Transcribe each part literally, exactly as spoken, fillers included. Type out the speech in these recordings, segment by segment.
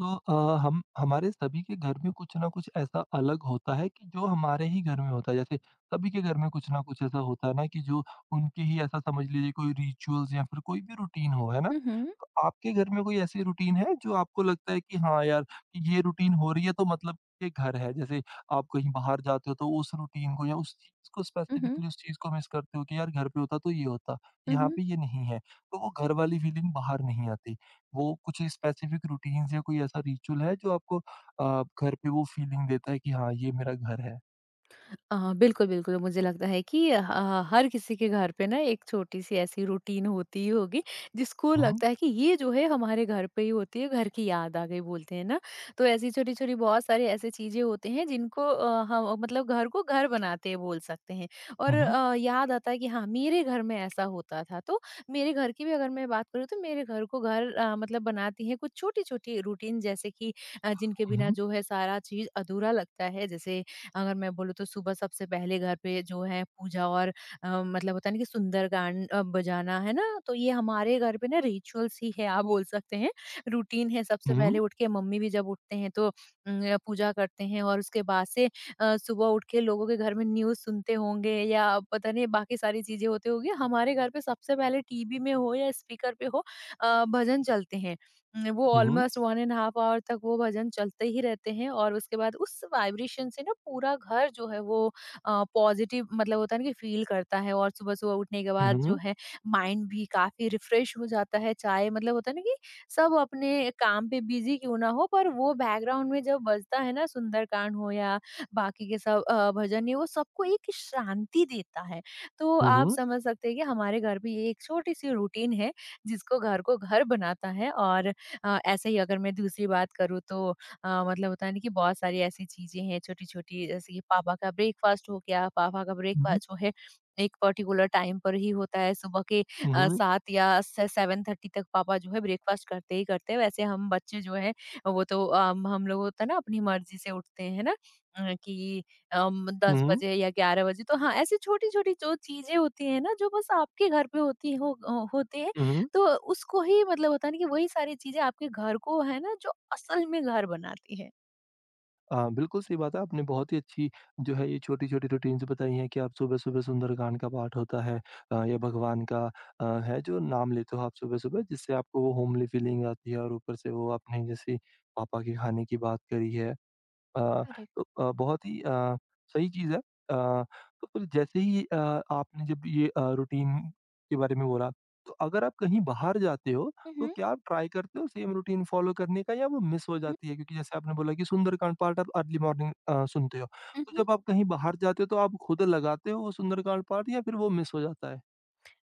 तो अ, हम हमारे सभी के घर में कुछ ना कुछ ऐसा अलग होता है कि जो हमारे ही घर में होता है। जैसे सभी के घर में कुछ ना कुछ ऐसा होता है ना कि जो उनके ही ऐसा समझ लीजिए कोई रिचुअल्स या फिर कोई भी रूटीन हो, है ना? Uh huh. तो आपके घर में कोई ऐसी रूटीन है जो आपको लगता है कि हाँ यार, कि ये रूटीन हो रही है तो मतलब ये घर है। जैसे आप कहीं बाहर जाते हो तो उस रूटीन को या उस चीज़ को Uh huh. स्पेसिफिकली उस चीज़ को मिस करते हो कि यार घर पे होता तो ये होता, Uh यहाँ huh. पे ये नहीं है। तो वो घर वाली फीलिंग बाहर नहीं आती। वो कुछ स्पेसिफिक रूटीन्स या कोई ऐसा रिचुअल है जो आपको अ, घर पे वो फीलिंग देता है कि हाँ ये मेरा घर है? अ, बिल्कुल, बिल्कुल, मुझे लगता है कि अ, हर किसी के घर पे ना एक छोटी-सी ऐसी रूटीन होती ही होगी, जिसको हुँ, लगता है कि ये जो है हमारे घर पे ही होती है, घर की याद आ गई बोलते हैं ना। तो ऐसी छोटी-छोटी बहुत सारी ऐसी चीज़ें होती हैं जिनको अ, हम मतलब घर को घर बनाते हैं बोल सकते हैं और हुँ, हुँ, अ, याद आता है कि हाँ, मेरे घर में ऐसा होता था। तो मेरे घर की भी अगर मैं बात करूँ तो मेरे घर को घर अ, मतलब बनाती हैं कुछ छोटी-छोटी रूटीन जैसे कि अ, जिनके बिना हुँ, जो है सारा चीज़ अधूरा लगता है। जैसे अगर मैं बोलूँ तो सुबह सबसे पहले घर पे जो है पूजा और अ, मतलब होता है ना कि सुंदरकांड अ, बजाना है ना, तो ये हमारे घर पे ना रिचुअल्स ही है आप बोल सकते हैं, रूटीन है। सबसे हुँ, पहले उठ के मम्मी भी जब उठते हैं तो अम, पूजा करते हैं, और उसके बाद से अ, सुबह उठ के लोगों के घर में न्यूज सुनते होंगे या पता नहीं बाकी सारी चीजें होती होगी, हमारे घर पे सबसे पहले टीवी में हो या स्पीकर पे हो अ, भजन चलते हैं न, वो हुँ, almost one and half hour तक वो भजन चलते ही रहते हैं और उसके बाद उस वाइब्रेशन से ना पूरा घर जो है वो अ, पॉज़िटिव मतलब होता है ना कि फ़ील करता है, और सुबह-सुबह उठने के बाद हुँ, जो है माइंड भी काफ़ी रिफ़्रेश हो जाता है। चाहे मतलब होता है ना कि सब अपने काम पे बिज़ी क्यों ना हो, पर वो बैकग्राउंड में जब बजता है ना सुंदरकांड हो या बाकी के सब अ, भजन, ये वो सबको एक शांति देता है। तो आप हुँ, समझ सकते हैं कि हमारे घर पे ये एक छोटी-सी रूटीन है जिसको घर को घर बनाता है। और अ, ऐसे ही अगर मैं दूसरी बात करूँ तो अ, मतलब होता है ना कि बहुत सारी ऐसी चीज़ें हैं छोटी-छोटी, जैसे कि पापा का ब्रेकफ़ास्ट हो गया, पापा का ब्रेकफ़ास्ट जो है एक पर्टिकुलर टाइम पर ही होता है, सुबह के अ, सेवन या से सेवन थर्टी तक पापा जो है ब्रेकफ़ास्ट करते ही करते हैं। वैसे हम बच्चे जो हैं वो तो अम, हम लोग होता है ना अपनी मर्ज़ी से उठते हैं ना, अ, कि अम, दस हुँ, बजे या ग्यारह बजे। तो हाँ, ऐसी छोटी-छोटी जो चीज़ें होती हैं ना जो बस आपके घर पे होती हो अ, होते, हुँ, हुँ। तो उसको ही मतलब होता है ना कि वही सारी चीजें आपके घर को है ना जो असल में घर बनाती है। अ, बिल्कुल सही बात है, आपने बहुत ही अच्छी जो है ये छोटी-छोटी रूटीन्स बताई हैं कि आप सुबह-सुबह सुंदरकांड का पाठ होता है अ, या भगवान का अ, है जो नाम लेते हो आप सुबह-सुबह जिससे आपको वो होमली फीलिंग आती है और ऊपर से वो आपने जैसे पापा के खाने की बात करी है। अ, करेक्ट। तो अ, बहुत ही अ, सही चीज़ है। अ, तो फिर जैसे ही अ, आपने जब ये अ, रूटीन के बारे में बोला, तो अगर आप कहीं बाहर जाते हो, तो हम्म। क्या आप ट्राई करते हो सेम रूटीन फ़ॉलो करने का या वो मिस हो जाती है? क्योंकि जैसे आपने बोला कि सुंदरकांड पाठ आप अर्ली मॉर्निंग अ, सुनते हो। तो हम्म। जब आप कहीं बाहर जाते हो तो आप खुद लगाते हो वो सुंदरकांड पाठ या फिर वो मिस हो जाता है?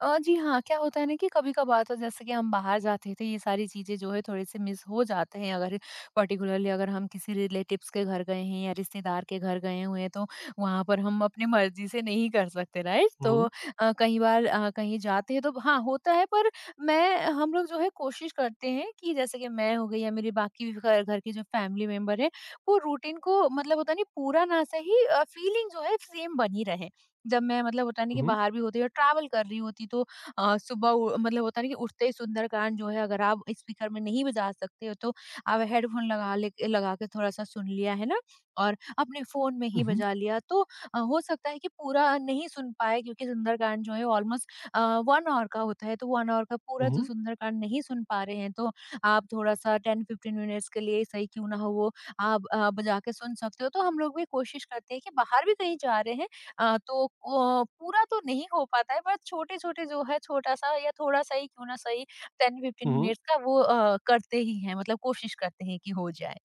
अ, जी हाँ, क्या होता है ना कि कभी-कभार तो जैसे कि हम बाहर जाते थे, ये सारी चीज़ें जो है थोड़े-से मिस हो जाते हैं, अगर पर्टिकुलरली अगर हम किसी रिलेटिव्स के घर गए हैं या रिश्तेदार के घर गए हुए हैं, तो वहाँ पर हम अपनी मर्ज़ी से नहीं कर सकते, राइट? तो हुँ, अ, कई बार अ, कहीं जाते हैं तो हाँ, होता है, पर मैं हम लोग जो है कोशिश करते हैं कि जैसे कि मैं हो गई या मेरे बाकी भी घर घर के जो फैमिली मेंबर हैं, वो रूटीन को मतलब होता नहीं पूरा ना सही अ, फ़ीलिंग जो है सेम बनी रहे। जब मैं मतलब होता है ना कि हुँ, बाहर भी होती और ट्रैवल कर रही होती तो अ, सुबह उ मतलब होता है ना कि उठते ही सुंदरकांड जो है, अगर आप स्पीकर में नहीं बजा सकते हो तो आप हेडफोन लगा ले लगा के थोड़ा-सा सुन लिया, है ना? और अपने फ़ोन में ही हुँ, बजा लिया तो अ, हो सकता है कि पूरा नहीं सुन पाए, क्योंकि सुंदरकांड जो है ऑलमोस्ट अ, वन आवर का होता है, तो वन आवर का पूरा जो हुँ, सुंदरकांड नहीं सुन पा रहे हैं तो आप थोड़ा-सा टेन फिफ्टीन मिनट्स के लिए सही क्यों ना हो वो आप अ, बजा के सुन सकते हो। तो हम लोग भी कोशिश करते हैं कि बाहर भी कहीं जा रहे हैं अ, तो अ, पूरा तो नहीं हो पाता है, बट छोटे-छोटे जो है छोटा-सा या थोड़ा-सा ही क्यों ना सही टेन फिफ्टीन हुँ। मिनट्स का वो अ, करते ही हैं, मतलब कोशिश करते हैं कि हो जाए।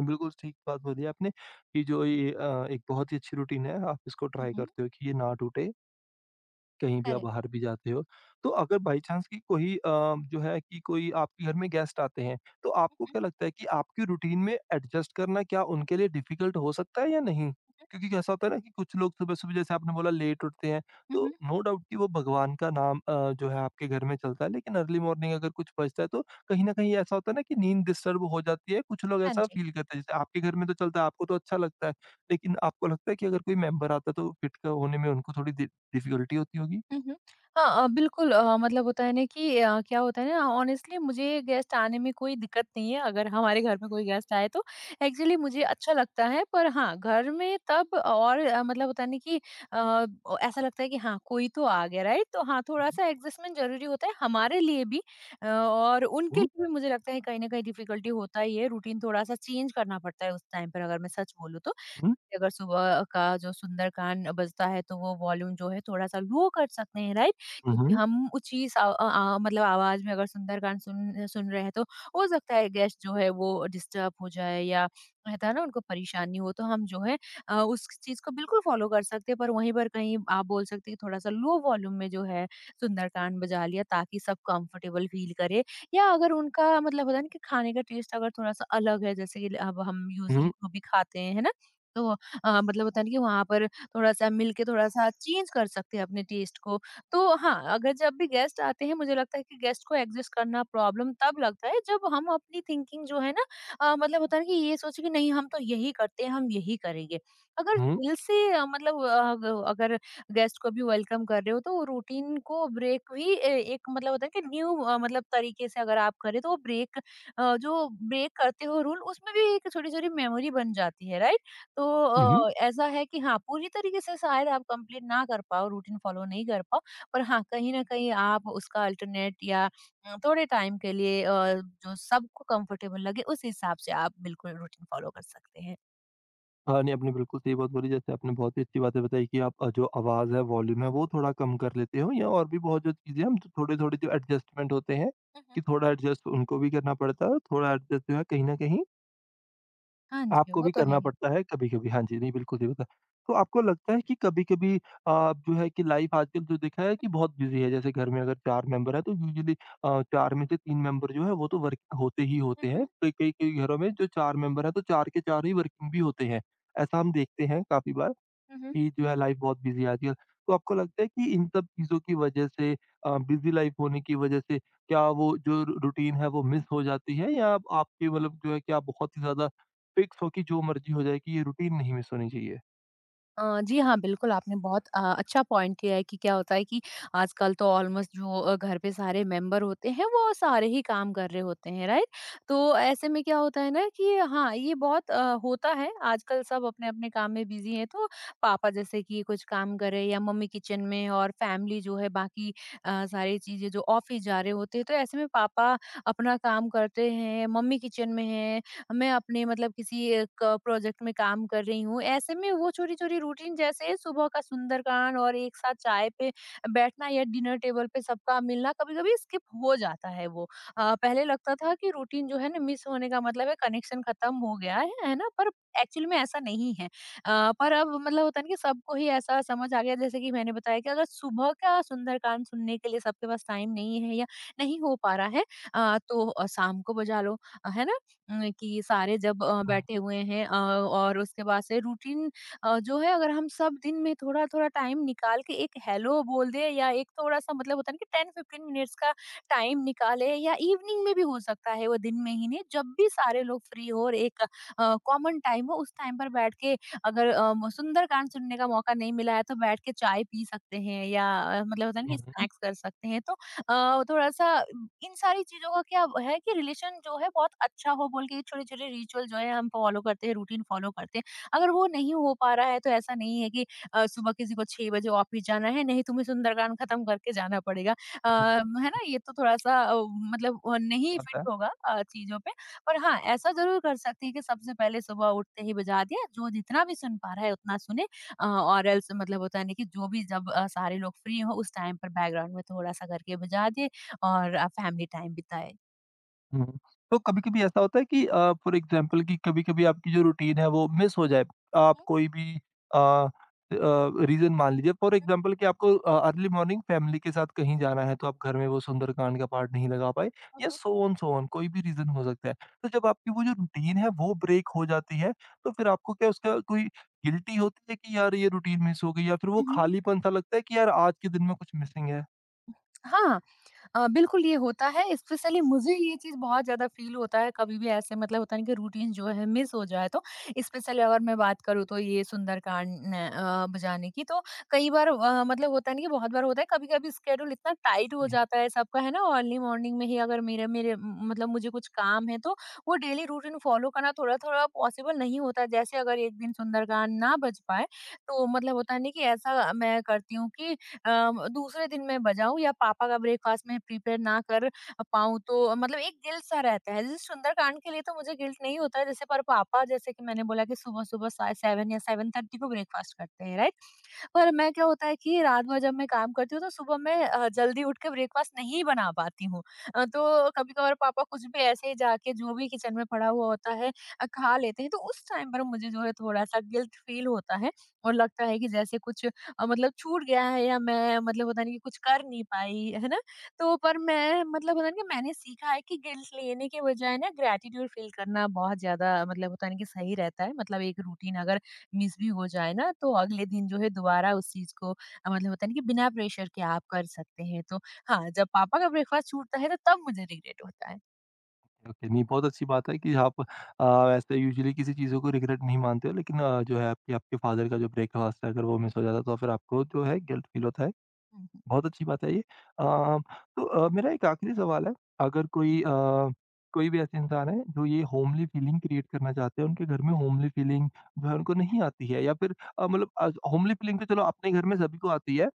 बिल्कुल ठीक बात बोली आपने कि जो ये अ, एक बहुत ही अच्छी रूटीन है, आप इसको हुँ, ट्राई हुँ। करते हो कि ये ना टूटे। कहीं भी आप करेक्ट। बाहर भी जाते हो, तो अगर बाई चांस कि कोई अ, जो है कि कोई आपके घर में गेस्ट आते हैं, तो हुँ, आपको हुँ, क्या लगता है कि आपकी रूटीन में एडजस्ट करना क्या हुँ, उनके हुँ, लिए डिफ़िकल्ट हो सकता है या नहीं? हुँ, क्योंकि कैसा होता है ना कि कुछ लोग सुबह-सुबह जैसे आपने बोला लेट उठते हैं, हुँ, तो हुँ, नो डाउट कि वो भगवान का नाम अ, जो है आपके घर में चलता है, लेकिन अर्ली मॉर्निंग अगर कुछ बजता है तो कहीं न कहीं ऐसा होता है ना कि नींद डिस्टर्ब हो जाती है, कुछ लोग हाँ ऐसा जी। फ़ील करते हैं। जैसे आपके घर में तो चलता है, आपको तो अच्छा लगता है, लेकिन आपको लगता है कि अगर कोई मेंबर आता है तो फिट क होने में उनको थोड़ी दे डिफ़िकल्टी होती होगी? हुँ, हुँ। हाँ, अ, बिल्कुल, अ, मतलब होता है ना कि अ, क्या होता है ना, ऑनेस्टली मुझे गेस्ट आने में कोई दिक्कत नहीं है, अगर हमारे घर में कोई गेस्ट आए तो। एक्चुअली मुझे अच्छा लगता है, पर हाँ, घर में तब और अ, मतलब होता है ना कि अ, ओ ऐसा लगता है कि हाँ, कोई तो आ गया, राइट? तो हाँ, थोड़ा-सा एडजस्टमेंट ज़रूरी होता है हमारे लिए भी अ, और उनके हुँ, लिए भी, मुझे लगता है कहीं न कहीं डिफ़िकल्टी होता ही है, रूटीन थोड़ा-सा चेंज करना पड़ता है उस टाइम पर, अगर मैं सच बोलूँ तो। हुँ, अगर सुबह का जो सुंदरकांड बजता है तो वो वॉल्यूम जो है थोड़ा-सा लो कर सकते हैं, राइट? क्योंकि हुँ, हम ऊँची सा अ अ, मतलब आवाज़ में अगर सुंदरकांड सुन सुन रहे हैं तो हो सकता है गेस्ट जो है वो डिस्टर्ब हो जाए, या रहता है ना उनको परेशानी हो, तो हम जो है अ, उस चीज़ को बिल्कुल फ़ॉलो कर सकते हैं, पर वहीं पर कहीं आप बोल सकते हैं कि थोड़ा-सा लो वॉल्यूम में जो है सुंदरकांड बजा लिया ताकि सब कंफर्टेबल फ़ील करें, या अगर उनका मतलब होता है ना कि खाने का टेस्ट अगर थोड़ा-सा अलग है जैसे कि अब हम यूज़ुअली हुँ, जो भी खाते हैं, है ना? तो अ, मतलब होता है ना कि वहाँ पर थोड़ा-सा मिल के थोड़ा-सा चेंज कर सकते हैं अपने टेस्ट को। तो हाँ, अगर जब भी गेस्ट आते हैं, मुझे लगता है कि गेस्ट को एडजस्ट करना प्रॉब्लम तब लगता है जब हम अपनी थिंकिंग जो है ना अ, मतलब होता है ना कि ये सोचे कि नहीं, हम तो यही करते हैं, हम यही करेंगे। अगर हुँ, दिल से अ, मतलब अ, अग- अगर गेस्ट को भी वेलकम कर रहे हो तो रूटीन को ब्रेक भी ए एक, मतलब होता है कि न्यू अ, मतलब तरीके से अगर आप करें तो वो ब्रेक अ, जो ब्रेक करते हो रूल, उसमें भी एक छोटी-छोटी मेमोरी बन जाती है, राइट? तो हुँ। अ, ऐसा है कि हाँ, पूरी तरीके से शायद आप कंप्लीट ना कर पाओ, रूटीन फॉलो नहीं कर पाओ, पर हाँ, कहीं न कहीं आप उसका अल्टरनेट या अ, थोड़े टाइम के लिए अ, जो सबको कंफर्टेबल लगे, उस हिसाब से आप बिल्कुल रूटीन फॉलो कर सकते हैं। हाँ, नहीं आपने बिल्कुल सही बात बोली जैसे आपने बहुत ही अच्छी बातें बताई कि आप अ, जो आवाज़ है, वॉल्यूम है वो थोड़ा कम कर लेते हो या और भी बहुत जो चीज़ें हम थोड़े-थोड़े जो एडजस्टमेंट होते हैं, हुँ, हुँ। कि थोड़ा एडजस्ट उनको भी करना पड़ता है और थोड़ा एडजस्ट जो है कहीं न कहीं हाँ जी, आपको वो भी तो है करना ही। पड़ता है कभी-कभी। हाँ जी, नहीं बिल्कुल सही बता तो आपको लगता है कि कभी-कभी अ, जो है कि लाइफ आजकल जो देखा है कि बहुत बिज़ी है, जैसे घर में अगर चार मेंबर हैं तो यूजुअली अ, चार में से तीन मेंबर जो है वो तो वर्किंग होते ही हुँ, होते हुँ। हैं। कई कई कई घरों में जो चार मेंबर हैं तो चार के चार ही वर्किंग भी होते हैं। ऐसा हम देखते हैं काफ़ी बार। हुँ, हुँ। कि जो है लाइफ बहुत बिजी आती है आजकल। तो आपको लगता है कि इन सब चीज़ों की वजह से अ, बिजी लाइफ होने की वजह से क्या वो जो रू रूटीन है वो मिस हो जाती है या आप आपके मतलब जो है कि आप बहुत ही ज़्यादा फिक्स हो कि जो मर्ज़ी हो जाए कि ये रूटीन नहीं मिस होनी चाहिए? अ, जी हाँ, बिल्कुल, आपने बहुत अ, अच्छा पॉइंट किया है कि क्या होता है कि आजकल तो ऑलमोस्ट जो अ, घर पे सारे मेंबर होते हैं वो सारे ही काम कर रहे होते हैं, राइट? तो ऐसे में क्या होता है ना कि हाँ, ये बहुत अ, होता है आजकल, सब अपने-अपने काम में बिज़ी हैं, तो पापा जैसे कि कुछ काम कर रहे हैं या मम्मी किचन में, और फैमिली जो है बाकी अ, सारी चीज़ें जो ऑफ़िस जा रहे होते हैं, तो ऐसे में पापा अपना काम करते हैं, मम्मी किचन में हैं, मैं अपने मतलब किसी एक प्रोजेक्ट में काम कर रही हूँ। ऐसे में वो छोटी-छोटी रूटीन जैसे सुबह का सुंदरकांड और एक साथ चाय पे बैठना या डिनर टेबल पे सबका मिलना कभी-कभी स्किप हो जाता है वो। अ, पहले लगता था कि रूटीन जो है ना मिस होने का मतलब है कनेक्शन खत्म हो गया है, है ना? पर एक्चुअल में ऐसा नहीं है। अ, पर अब मतलब होता है ना कि सबको ही ऐसा समझ आ गया, जैसे कि मैंने बताया कि अगर सुबह का सुंदरकांड सुनने के लिए सबके पास टाइम नहीं है या नहीं हो पा रहा है अ, तो अ, शाम को बजा लो, अ, है ना? अ, कि सारे जब अ, हुँ, बैठे हुए हैं, अ, और उसके बाद से रूटीन अ, जो है, अगर हम सब दिन में थोड़ा-थोड़ा टाइम निकाल के एक हेलो बोल दें या एक थोड़ा-सा मतलब होता है ना कि टेन फिफ्टीन मिनट्स का टाइम निकालें, या इवनिंग में भी हो सकता है, वो दिन में ही नहीं, जब भी सारे लोग फ्री हो और एक अ, कॉमन टाइम हो उस टाइम पर बैठ के अगर अ, म सुंदरकांड सुनने का मौका नहीं मिला है तो बैठ के चाय पी सकते हैं या अ, मतलब होता है ना हुँ, कि हुँ, स्नैक्स कर सकते हैं। तो अ, थोड़ा-सा इन सारी चीज़ों का क्या है कि रिलेशन जो है बहुत अच्छा हो बोल के ये छोटे-छोटे रिचुअल जो है हम फॉलो करते हैं, रूटीन फॉलो करते हैं। अगर वो नहीं हो पा रहा है तो ऐसा नहीं है कि अ, सुबह किसी को छह बजे ऑफिस जाना है, नहीं, तुम्हें सुंदरकांड खत्म करके जाना पड़ेगा। अ, हुँ, है ना? ये तो थोड़ा-सा अ, मतलब अ, नहीं बात फिट है। होगा अ, चीज़ों पे। पर हाँ, ऐसा ज़रूर कर सकते हैं कि सबसे पहले सुबह उठते ही बजा दिया, जो जितना भी सुन पा रहा है उतना सुने अ, और एल्स मतलब होता है ना कि जो भी जब अ, सारे लोग फ्री हों उस टाइम पर बैकग्राउंड में थोड़ा-सा करके बजा दें और अ, फैमिली टाइम बिताएँ। हुँ। तो कभी-कभी ऐसा होता है कि अ, फॉर एग्ज़ाम्पल कि कभी-कभी आपकी जो रूटीन है वो मिस हो जाए। आप हुँ, कोई भी अ अ, रीज़न मान लीजिए फॉर एग्ज़ाम्पल कि आपको अ, अर्ली मॉर्निंग फैमिली के साथ कहीं जाना है तो आप घर में वो सुंदरकांड का पार्ट नहीं लगा पाए या हुँ, सो ऑन सो ऑन कोई भी रीज़न हो सकता है। तो जब आपकी वो जो रूटीन है वो ब्रेक हो जाती है तो फिर आपको क्या उसका कोई गिल्टी होती है कि यार ये रूटीन मिस हो गई या फिर वो हुँ, हुँ, हुँ। खालीपन-सा लगता है कि यार आज के दिन में कुछ मिसिंग है? हाँ, अ, बिल्कुल ये होता है। स्पेशली मुझे ये चीज़ बहुत ज़्यादा फ़ील होता है कभी भी ऐसे मतलब होता नहीं कि रूटीन जो है मिस हो जाए। तो स्पेशली अगर मैं बात करूँ तो ये सुंदरकांड न- अ, बजाने की तो कई बार अ, मतलब होता नहीं कि बहुत बार होता है, कभी कभी स्केड्यूल इतना टाइट हो जाता है सबका, है ना? अर्ली मॉर्निंग में ही अगर मेरे मेरे म, मतलब मुझे कुछ काम है तो वो डेली रूटीन फॉलो करना थोड़ा थोड़ा पॉसिबल नहीं होता। जैसे अगर एक दिन सुंदरकांड ना बज पाए तो मतलब होता नहीं कि ऐसा मैं करती हूँ कि अम, दूसरे दिन मैं बजाऊँ, या पापा का ब्रेकफास्ट मैं प्रिपेयर ना कर पाऊँ तो मतलब एक गिल्ट सा रहता है। जैसे सुंदरकांड के लिए तो मुझे गिल्ट नहीं होता है, जैसे पर पापा, जैसे कि मैंने बोला कि सुबह-सुबह सा सात या साढ़े सात को ब्रेकफास्ट करते हैं, राइट? पर मैं, क्या होता है कि रात भर जब मैं काम करती हूँ तो सुबह मैं अ, जल्दी उठ के ब्रेकफास्ट नहीं बना पाती हूँ। अ, तो कभी-कभार पापा कुछ भी ऐसे ही जाके जो भी किचन में पड़ा हुआ होता है अ, खा लेते हैं, तो उस टाइम पर मुझे जो है थोड़ा-सा गिल्ट फील होता है, और लगता है कि जैसे कुछ अ, मतलब छूट गया है, या मैं मतलब होता नहीं कि कुछ कर नहीं पाई, है ना? तो पर मैं मतलब होता है ना कि मैंने सीखा है कि गिल्ट लेने के बजाय ना ग्रैटिट्यूड फील करना बहुत ज़्यादा मतलब होता है ना कि सही रहता है। मतलब एक रूटीन अगर मिस भी हो जाए ना तो अगले दिन जो है दोबारा उस चीज़ को अ, मतलब होता है ना कि बिना प्रेशर के आप कर सकते हैं। तो हाँ, जब पापा का ब्रेकफास्ट छूटता है तो तब मुझे रिग्रेट होता है। ओके, नहीं बहुत अच्छी बात है कि आप अ, वैसे यूजुअली किसी चीज़ों को रिग्रेट नहीं मानते हो लेकिन अ, जो है कि आपके फादर का जो ब्रेकफ़ास्ट है अगर वो मिस हो जाता है तो फिर आपको जो है गिल्ट फ़ील होता है। हुँ, हुँ। बहुत अच्छी बात है ये। अ, तो अ, मेरा एक आखिरी सवाल है, अगर कोई अ, कोई भी ऐसे इंसान है जो ये होमली फीलिंग क्रिएट करना चाहते हैं, उनके घर में होमली फीलिंग जो है उनको नहीं आती है या फिर अ, मतलब अ, होमली फीलिंग तो चलो अपने घर में सभी को आती है,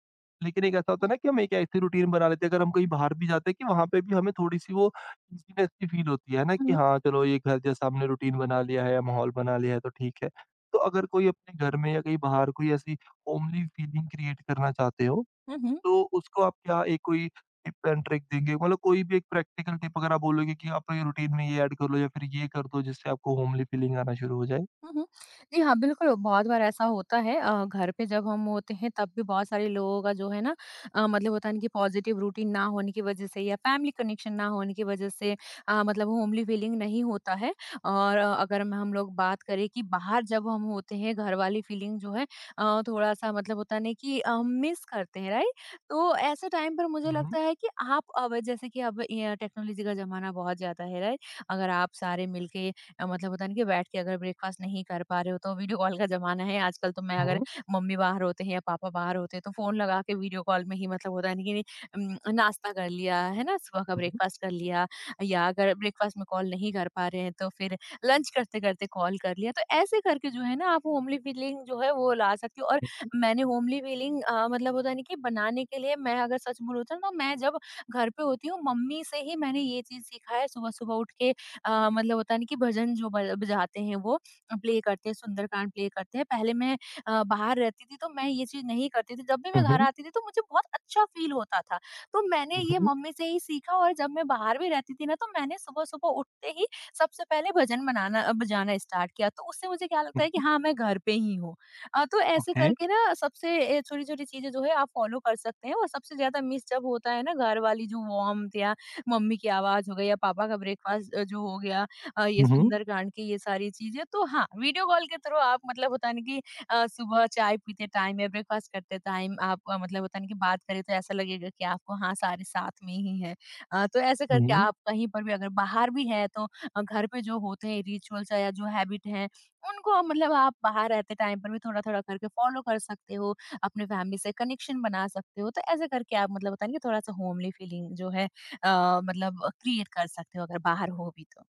लेकिन एक ऐसा होता हुँ, है ना कि हम एक ऐसी रूटीन बना लेते हैं अगर हम कहीं बाहर भी जाते हैं कि वहाँ पे भी हमें थोड़ी-सी वो ईज़ीनेस सी फील होती है ना कि हुँ, हाँ, चलो ये घर जैसा हमने रूटीन बना लिया है या माहौल बना लिया है तो ठीक है। तो अगर कोई अपने घर में या कहीं बाहर कोई ऐसी होमली फीलिंग क्रिएट करना चाहते हो हुँ, हुँ। तो उसको आप क्या एक कोई टिप एंड ट्रिक देंगे? मतलब कोई भी एक प्रैक्टिकल टिप अगर आप बोलोगे कि आप ये रूटीन में ये ऐड कर लो या फिर ये कर दो जिससे आपको होमली फीलिंग आना शुरू हो जाए? हुँ, हुँ। जी हाँ, बिल्कुल, बहुत बार ऐसा होता है। अ, घर पे जब हम होते हैं तब भी बहुत सारे लोगों का जो है ना अ, मतलब होता है ना कि पॉज़िटिव रूटीन ना होने की वज़ह से या फैमिली कनेक्शन ना होने की वज़ह से अ, मतलब होमली फीलिंग नहीं होता है। और अ, अगर हम हम लोग बात करें कि बाहर जब हम होते हैं घर वाली फीलिंग जो है अ, थोड़ा-सा मतलब होता है ना कि अ, मिस करते हैं, राइट? तो ऐसे टाइम पर मुझे हुँ, हुँ, लगता है कि आप, अब जैसे कि अब ये टेक्नोलॉजी का ज़माना बहुत ज़्यादा है, राइट? अगर आप सारे मिलके अ, मतलब होता है ना कि बैठ के अगर ब्रेकफास्ट नहीं कर पा रहे हो तो वीडियो कॉल का जमाना है आजकल, तो मैं, अगर हुँ, मम्मी बाहर होते हैं या पापा बाहर होते हैं तो फोन लगा के वीडियो कॉल में ही मतलब होता है ना कि अम, नाश्ता कर लिया है ना, सुबह का हुँ, ब्रेकफास्ट कर लिया, या अगर ब्रेकफास्ट में कॉल नहीं कर पा रहे हैं तो फिर लंच करते करते कॉल कर लिया, तो ऐसे करके जो है ना आप होमली फीलिंग जो है वो ला सकते हो। और मैंने होमली फीलिंग मतलब होता नहीं कि बनाने के लिए, मैं अगर सच बोलूँ तो मैं जब घर पे होती हूँ मम्मी से ही मैंने ये चीज सीखा है। सुबह सुबह उठ के अ, मतलब होता है ना कि भजन जो ब बजाते हैं वो प्ले करते हैं, सुंदरकांड प्ले करते हैं। पहले मैं अ, बाहर रहती थी तो मैं ये चीज़ नहीं करती थी। जब भी मैं हुँ, घर हुँ, आती थी तो मुझे बहुत अच्छा फ़ील होता था। तो मैंने ये मम्मी से ही सीखा, और जब मैं बाहर भी रहती थी ना तो मैंने सुबह-सुबह उठते ही सबसे पहले भजन बनाना अ, बजाना स्टार्ट किया। तो उससे मुझे क्या लगता हुँ, है कि हाँ, मैं घर पे ही हूँ। अ, तो ऐसे ओके, करके ना सबसे ए छोटी-छोटी चीज़ें जो है आप फ़ॉलो कर सकते हैं। और सबसे ज़्यादा मिस जब होता है ना घर वाली जो वार्म्थ, या मम्मी की आवाज़ हो गई, या पापा का ब्रेकफास्ट अ, जो हो गया, अ, ये हुँ, हुँ। सुंदरकांड की ये सारी चीज़ें। तो हाँ, वीडियो कॉल के थ्रू आप मतलब होता है ना कि अ, सुबह चाय पीते टाइम या ब्रेकफास्ट करते टाइम आप अ, मतलब होता है ना कि बात करें तो ऐसा लगेगा कि आपको, हाँ, सारे साथ में ही हैं। अ, तो ऐसे करके नहीं, आप कहीं पर भी अगर बाहर भी हैं तो अ, घर पे जो होते हैं रिचुअल्स या जो हैबिट हैं, उनको मतलब आप बाहर रहते टाइम पर भी थोड़ा-थोड़ा करके फ़ॉलो कर सकते हो, अपने फैमिली से कनेक्शन बना सकते हो। तो ऐसे करके आप मतलब होता है ना कि थोड़ा-सा होमली फीलिंग जो है अ, मतलब क्रिएट कर सकते हो अगर बाहर हो भी तो।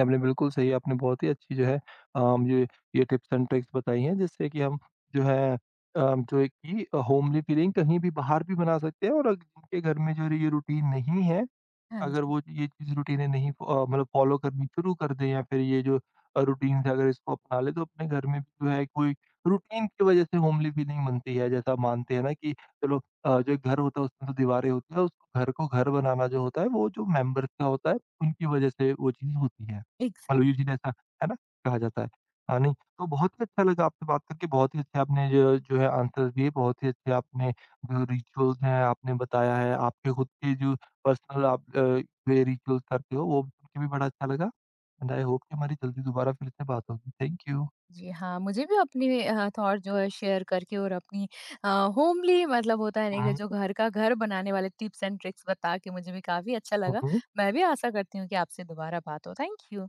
आपने बिल्कुल सही आपने बहुत ही अच्छी जो है अम, ये ये टिप्स एंड ट्रिक्स बताई हैं जिससे कि हम जो है अम, जो है कि होमली फीलिंग कहीं भी बाहर भी बना सकते हैं और अगर जिनके घर में जो ये रूटीन नहीं है हाँ अगर जी। वो ये चीज़ रूटीनें नहीं फो- अ, मतलब फ़ॉलो करनी शुरू कर दें या फिर ये जो अ, रूटीन्स है अगर इसको अपना लें तो अपने घर में भी जो है कोई रूटीन की वज़ह से होमली फ़ीलिंग बनती है। जैसा मानते हैं ना कि चलो अ, जो एक घर होता है उसमें तो दीवारें होती है उस घर को घर बनाना जो होता है वो जो मेंबर्स का होता है उनकी वज़ह से वो चीज़ होती है। एग्ज़ैक्ट। मतलब यूजुअली ऐसा है ना कहा जाता है। हाँ, नहीं तो बहुत ही अच्छा लगा आपसे बात करके बहुत ही अच्छे आपने जो जो है आंसर्स दिए बहुत ही अच्छे आपने जो रिचुअल्स हैं आपने बताया है, आपके खुद के जो पर्सनल आप अ, वे रिचुअल्स करते हो, वो सुन के भी बड़ा अच्छा लगा एंड आई होप कि हमारी जल्दी दोबारा फिर से बात होगी। Thank you. जी हाँ, मुझे भी अपने अ, थॉट जो है शेयर करके और अपनी अ, होमली मतलब होता है ना कि हुँ, जो घर का घर बनाने वाले टिप्स एंड ट्रिक्स बता के मुझे भी काफ़ी अच्छा लगा। हुँ। मैं भी आशा करती हूँ कि आपसे दोबारा बात हो। Thank you.